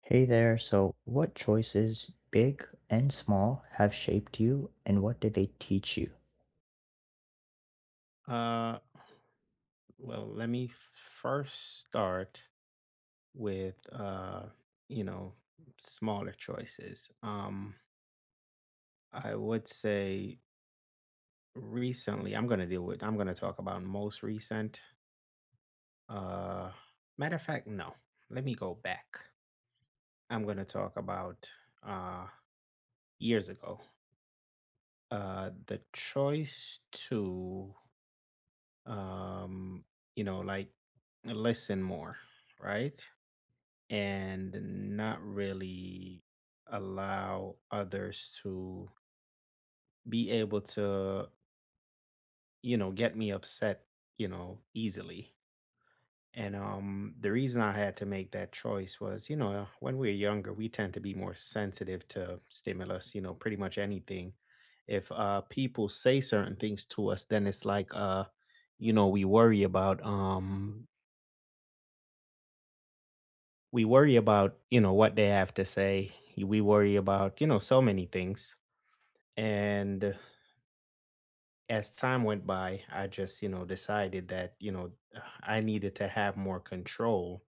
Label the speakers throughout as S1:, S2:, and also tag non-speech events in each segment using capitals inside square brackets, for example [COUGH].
S1: Hey there, so what choices, big and small, have shaped you and what did they teach you?
S2: Uh, well, let me first start with you know, smaller choices. I would say recently, I'm gonna talk about most recent. Uh, Matter of fact, no, let me go back. I'm gonna talk about uh years ago. The choice to um, like listen more, right? And not really allow others to be able to, get me upset, easily. And the reason I had to make that choice was, when we're younger, we tend to be more sensitive to stimulus, pretty much anything. If people say certain things to us, then it's like you know, we worry about um we worry about, what they have to say. We worry about, so many things. And as time went by, I just, decided that, [SIGHS] I needed to have more control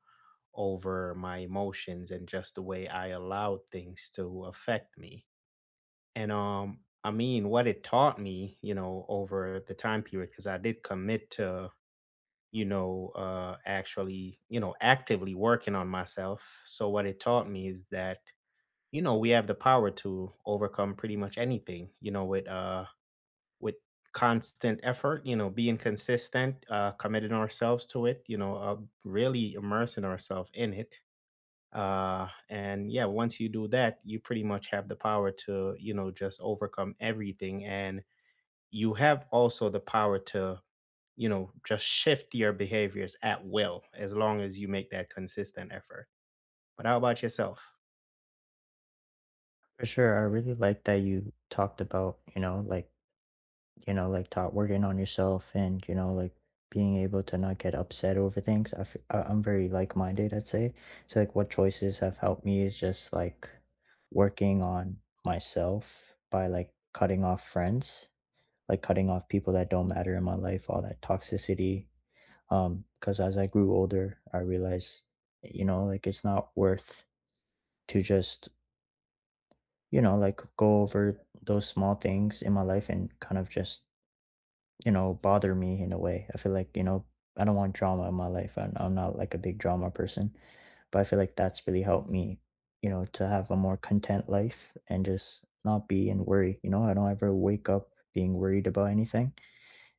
S2: over my emotions and just the way I allowed things to affect me. And I mean, what it taught me, over the time period cuz I did commit to, actually, actively working on myself. So what it taught me is that, we have the power to overcome pretty much anything, with with constant effort, being consistent, committing ourselves to it, really immersing ourselves in it. And yeah, once you do that, you pretty much have the power to, just overcome everything. And you have also the power to, just shift your behaviors at will as long as you make that consistent effort. But how about yourself?
S1: For sure, I really like that you talked about, taught working on yourself and, being able to not get upset over things. I'm very like-minded, I'd say. So like what choices have helped me is just like working on myself by like cutting off friends, like cutting off people that don't matter in my life, all that toxicity, because as I grew older, I realized, it's not worth to just, go over those small things in my life and kind of just, bother me in a way. I feel like, I don't want drama in my life. I'm not like a big drama person, but I feel like that's really helped me, to have a more content life and just not be in worry. I don't ever wake up being worried about anything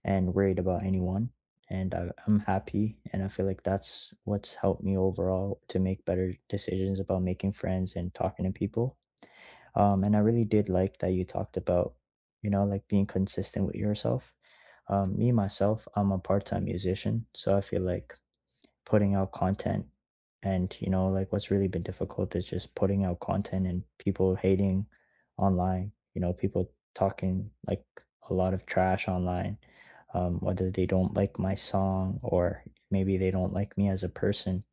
S1: and worried about anyone. And I'm happy. And I feel like that's what's helped me overall to make better decisions about making friends and talking to people. And I really did like that you talked about, being consistent with yourself. Me, myself, I'm a part time musician. So I feel like putting out content, and what's really been difficult is just putting out content and people hating online. People talking like a lot of trash online, whether they don't like my song or maybe they don't like me as a person.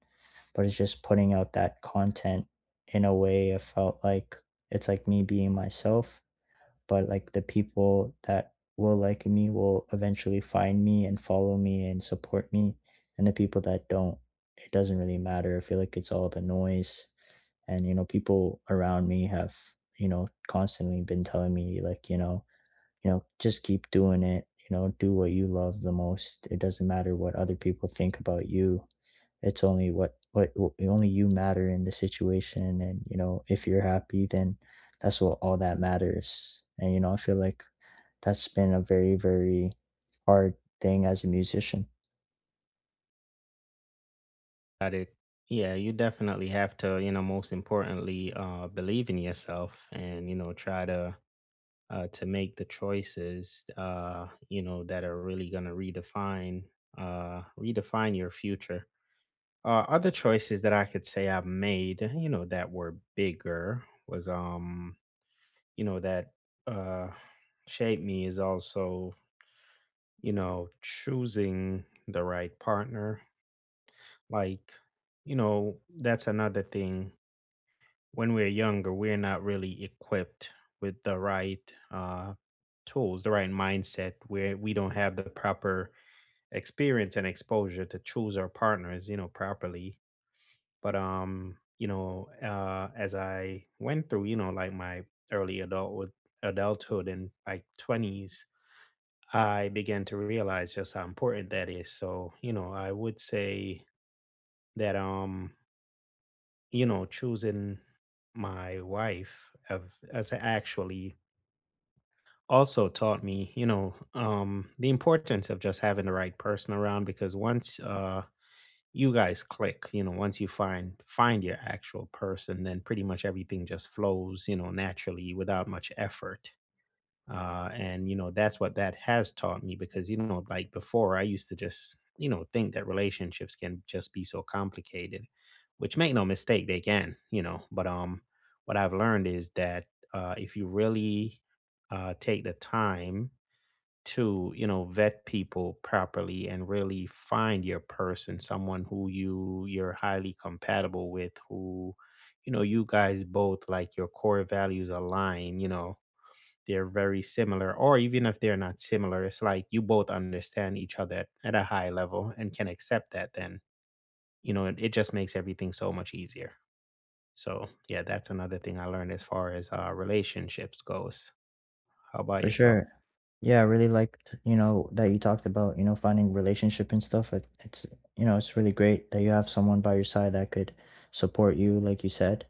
S1: But it's just putting out that content in a way. I felt like it's like me being myself, but like the people that will like me will eventually find me and follow me and support me, and the people that don't, it doesn't really matter. I feel like it's all the noise. And people around me have, constantly been telling me like, just keep doing it. Do what you love the most. It doesn't matter what other people think about you. It's only what only you matter in the situation. And if you're happy, then that's what all that matters. And I feel like that's been a very hard thing as a musician.
S2: Got it. Yeah, you definitely have to, most importantly, believe in yourself and, try to make the choices, that are really going to redefine your future. Other choices that I could say I've made, that were bigger was, that uh shaped me, is also, choosing the right partner. Like, that's another thing. When we're younger, we're not really equipped with the right tools, the right mindset, where we don't have the proper experience and exposure to choose our partners, properly. As I went through, like my early adulthood, adulthood and like 20s, I began to realize just how important that is. So, I would say that, choosing my wife has actually also taught me, the importance of just having the right person around, because once you guys click, once you find your actual person, then pretty much everything just flows, naturally without much effort. And, that's what that has taught me, because, like before, I used to just think that relationships can just be so complicated, which, make no mistake, they can. You know, but What I've learned is that, if you really take the time to vet people properly and really find your person, someone who you're highly compatible with, who, you guys both like, your core values align, they're very similar, or even if they're not similar, it's like you both understand each other at a high level and can accept that, then, it just makes everything so much easier. So, yeah, that's another thing I learned as far as relationships goes. How about
S1: For
S2: yourself?
S1: sure. Yeah, I really liked, that you talked about, finding relationship and stuff. It's, it's really great that you have someone by your side that could support you like you said.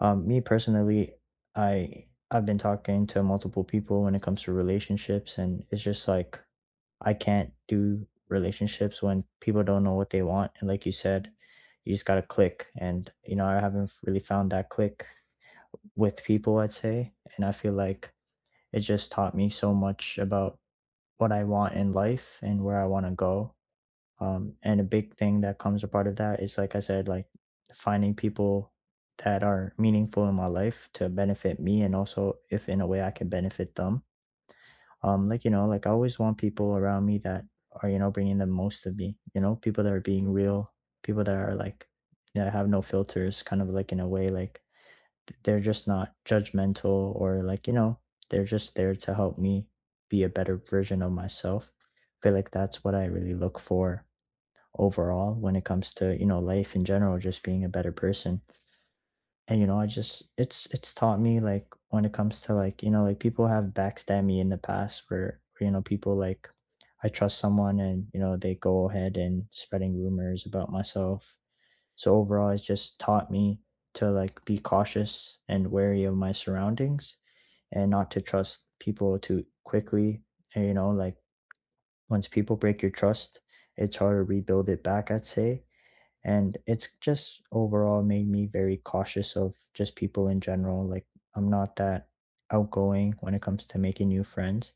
S1: Me personally, i I've been talking to multiple people when it comes to relationships, and it's just like I can't do relationships when people don't know what they want. And like you said, you just got to click. And, you know, I haven't really found that click with people, I'd say. And I feel like it just taught me so much about what I want in life and where I want to go. And a big thing that comes a part of that is, like I said, like finding people that are meaningful in my life to benefit me, and also if in a way I can benefit them. Like I always want people around me that are, bringing the most of me. People that are being real, people that are like, that have no filters, kind of like in a way, like they're just not judgmental. Or like, they're just there to help me be a better version of myself. I feel like that's what I really look for overall when it comes to, life in general, just being a better person. And I just, it's taught me like when it comes to like, people have backstabbed me in the past, where people like I trust someone, and they go ahead and spreading rumors about myself. So overall it's just taught me to like be cautious and wary of my surroundings and not to trust people too quickly. And once people break your trust, it's hard to rebuild it back, I'd say. And it's just overall made me very cautious of just people in general. Like I'm not that outgoing when it comes to making new friends.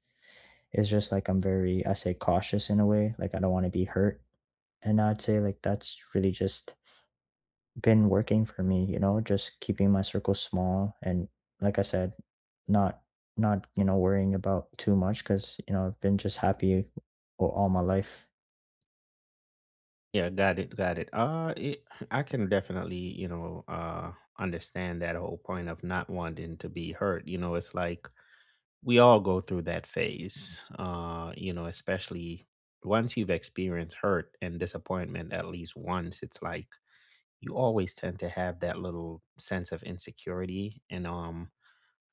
S1: It's just like I'm very, I say, cautious in a way. Like I don't want to be hurt. And I'd say like that's really just been working for me. Just keeping my circle small and like I said, not not worrying about too much. Because I've been just happy all my life.
S2: Yeah, got it, got it. I can definitely, understand that whole point of not wanting to be hurt. It's like we all go through that phase, especially once you've experienced hurt and disappointment at least once. It's like you always tend to have that little sense of insecurity, and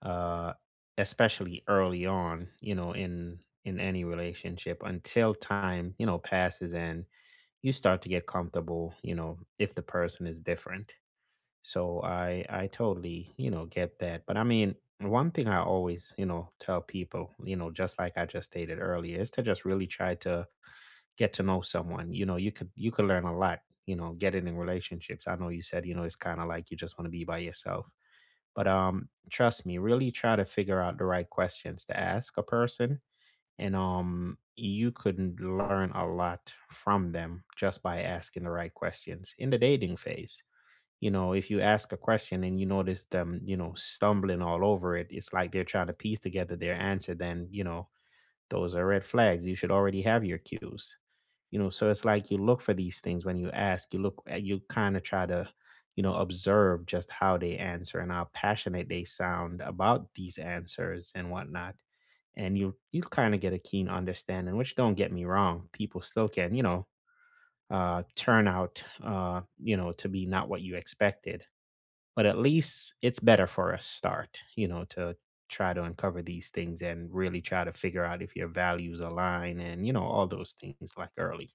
S2: uh especially early on, in any relationship until time, passes and you start to get comfortable, if the person is different. So I totally, get that. But I mean, one thing I always, tell people, just like I just stated earlier, is to just really try to get to know someone. You could learn a lot, getting in relationships. I know you said, it's kind of like you just want to be by yourself. But trust me, really try to figure out the right questions to ask a person, and you could learn a lot from them just by asking the right questions in the dating phase. If you ask a question and you notice them, stumbling all over it, it's like they're trying to piece together their answer, then, those are red flags. You should already have your cues. So it's like you look for these things when you ask. You kind of try to, observe just how they answer and how passionate they sound about these answers and whatnot, and you kind of get a keen understanding, which, don't get me wrong, people still can, turn out, to be not what you expected, but at least it's better for a start, to try to uncover these things and really try to figure out if your values align, and, all those things, like, early.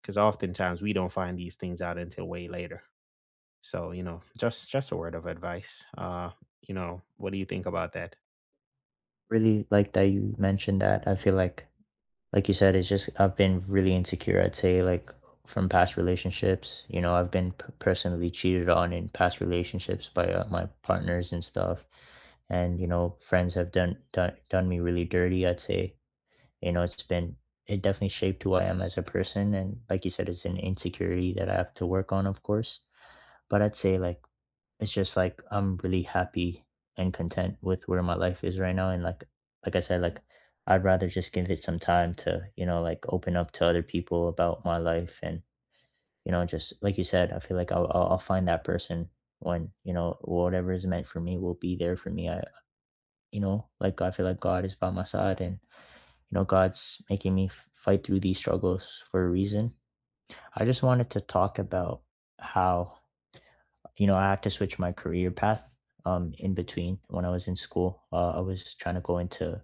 S2: Because oftentimes we don't find these things out until way later. So, just a word of advice. What do you think about that?
S1: Really like that you mentioned that. I feel like you said, it's just I've been really insecure, I'd say. Like from past relationships, you know, I've been personally cheated on in past relationships by my partners and stuff, and you know, friends have done me really dirty, I'd say. It's been, it definitely shaped who I am as a person. And like you said, it's an insecurity that I have to work on, of course. But I'd say like it's just like I'm really happy and content with where my life is right now. And like I said, like I'd rather just give it some time to, you know, like open up to other people about my life. And, you know, just like you said, I feel like I'll find that person when, you know, whatever is meant for me will be there for me. I, you know, like I feel like God is by my side, and you know, God's making me fight through these struggles for a reason. I just wanted to talk about how, you know, I had to switch my career path, in between when I was in school. I was trying to go into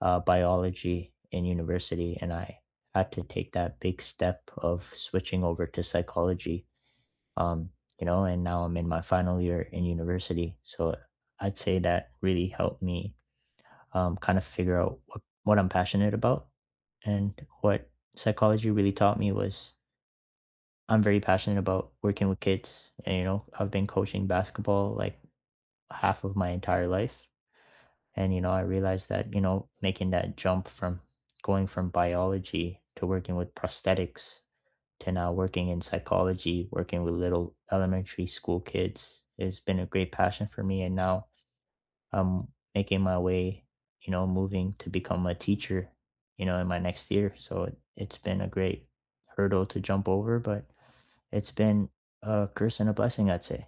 S1: biology in university, and I had to take that big step of switching over to psychology. Um, and now I'm in my final year in university. So I'd say that really helped me, kind of figure out what I'm passionate about. And what psychology really taught me was I'm very passionate about working with kids. And, you know, I've been coaching basketball like half of my entire life. And, you know, I realized that, you know, making that jump from going from biology to working with prosthetics to now working in psychology, working with little elementary school kids has been a great passion for me. And now I'm making my way, you know, moving to become a teacher, you know, in my next year. So it's been a great hurdle to jump over, but it's been a curse and a blessing, I'd say.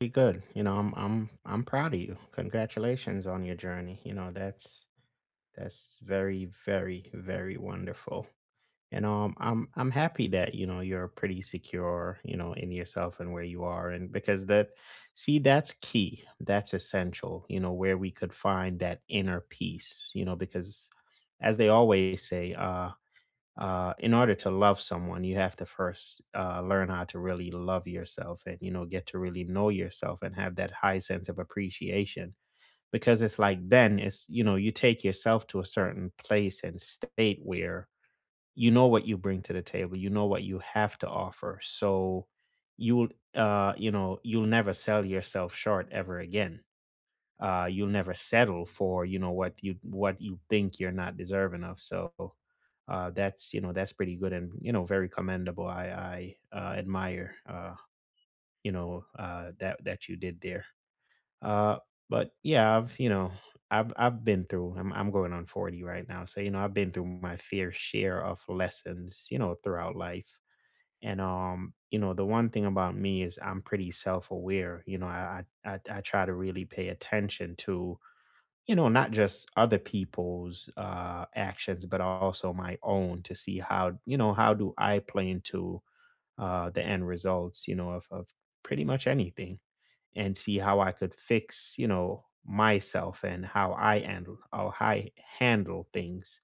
S2: Pretty good. I'm proud of you. Congratulations on your journey. That's very, very, very wonderful. And I'm happy that you're pretty secure, in yourself and where you are. And because that, see, that's key, that's essential, where we could find that inner peace, because as they always say, in order to love someone, you have to first learn how to really love yourself, and, get to really know yourself, and have that high sense of appreciation, because it's like then it's, you take yourself to a certain place and state where you know what you bring to the table, you know what you have to offer. So you'll, you'll never sell yourself short ever again. You'll never settle for, what you think you're not deserving of. So that's, that's pretty good, and, very commendable. I admire, that you did there. Uh, but yeah, I've been through. I'm going on 40 right now, so, I've been through my fair share of lessons, throughout life. The one thing about me is I'm pretty self-aware. I try to really pay attention to, not just other people's actions but also my own, to see, how you know how do I play into the end results, of pretty much anything, and see how I could fix, myself and how I handle things.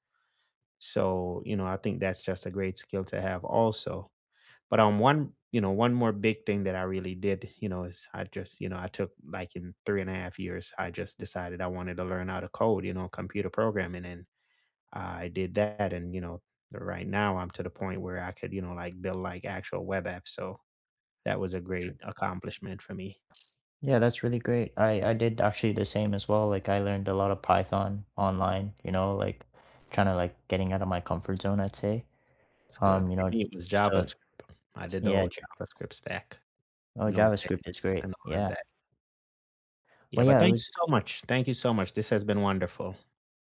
S2: So, I think that's just a great skill to have also. But on one, you know, one more big thing that I really did, is I just, I took, like, in 3.5 years, I just decided I wanted to learn how to code, computer programming. And I did that. And, right now I'm to the point where I could, like build like actual web apps. So that was a great accomplishment for me.
S1: Yeah, that's really great. I did actually the same as well. Like I learned a lot of Python online, you know, like trying to like getting out of my comfort zone, I'd say.
S2: It's good.
S1: Um, you
S2: For
S1: know,
S2: me, it was
S1: so
S2: JavaScript. I did the
S1: yeah,
S2: whole JavaScript stack,
S1: Oh, JavaScript is
S2: Node.js,
S1: great.
S2: and all of
S1: Yeah.
S2: that.
S1: Well,
S2: Yeah, but
S1: yeah, it
S2: thank you
S1: was,
S2: so much. Thank you so much. This has been wonderful.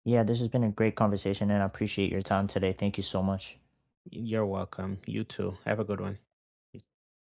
S1: yeah, this has been a great conversation and I appreciate your time today. Thank you so much.
S2: You're welcome. You too. Have a good one.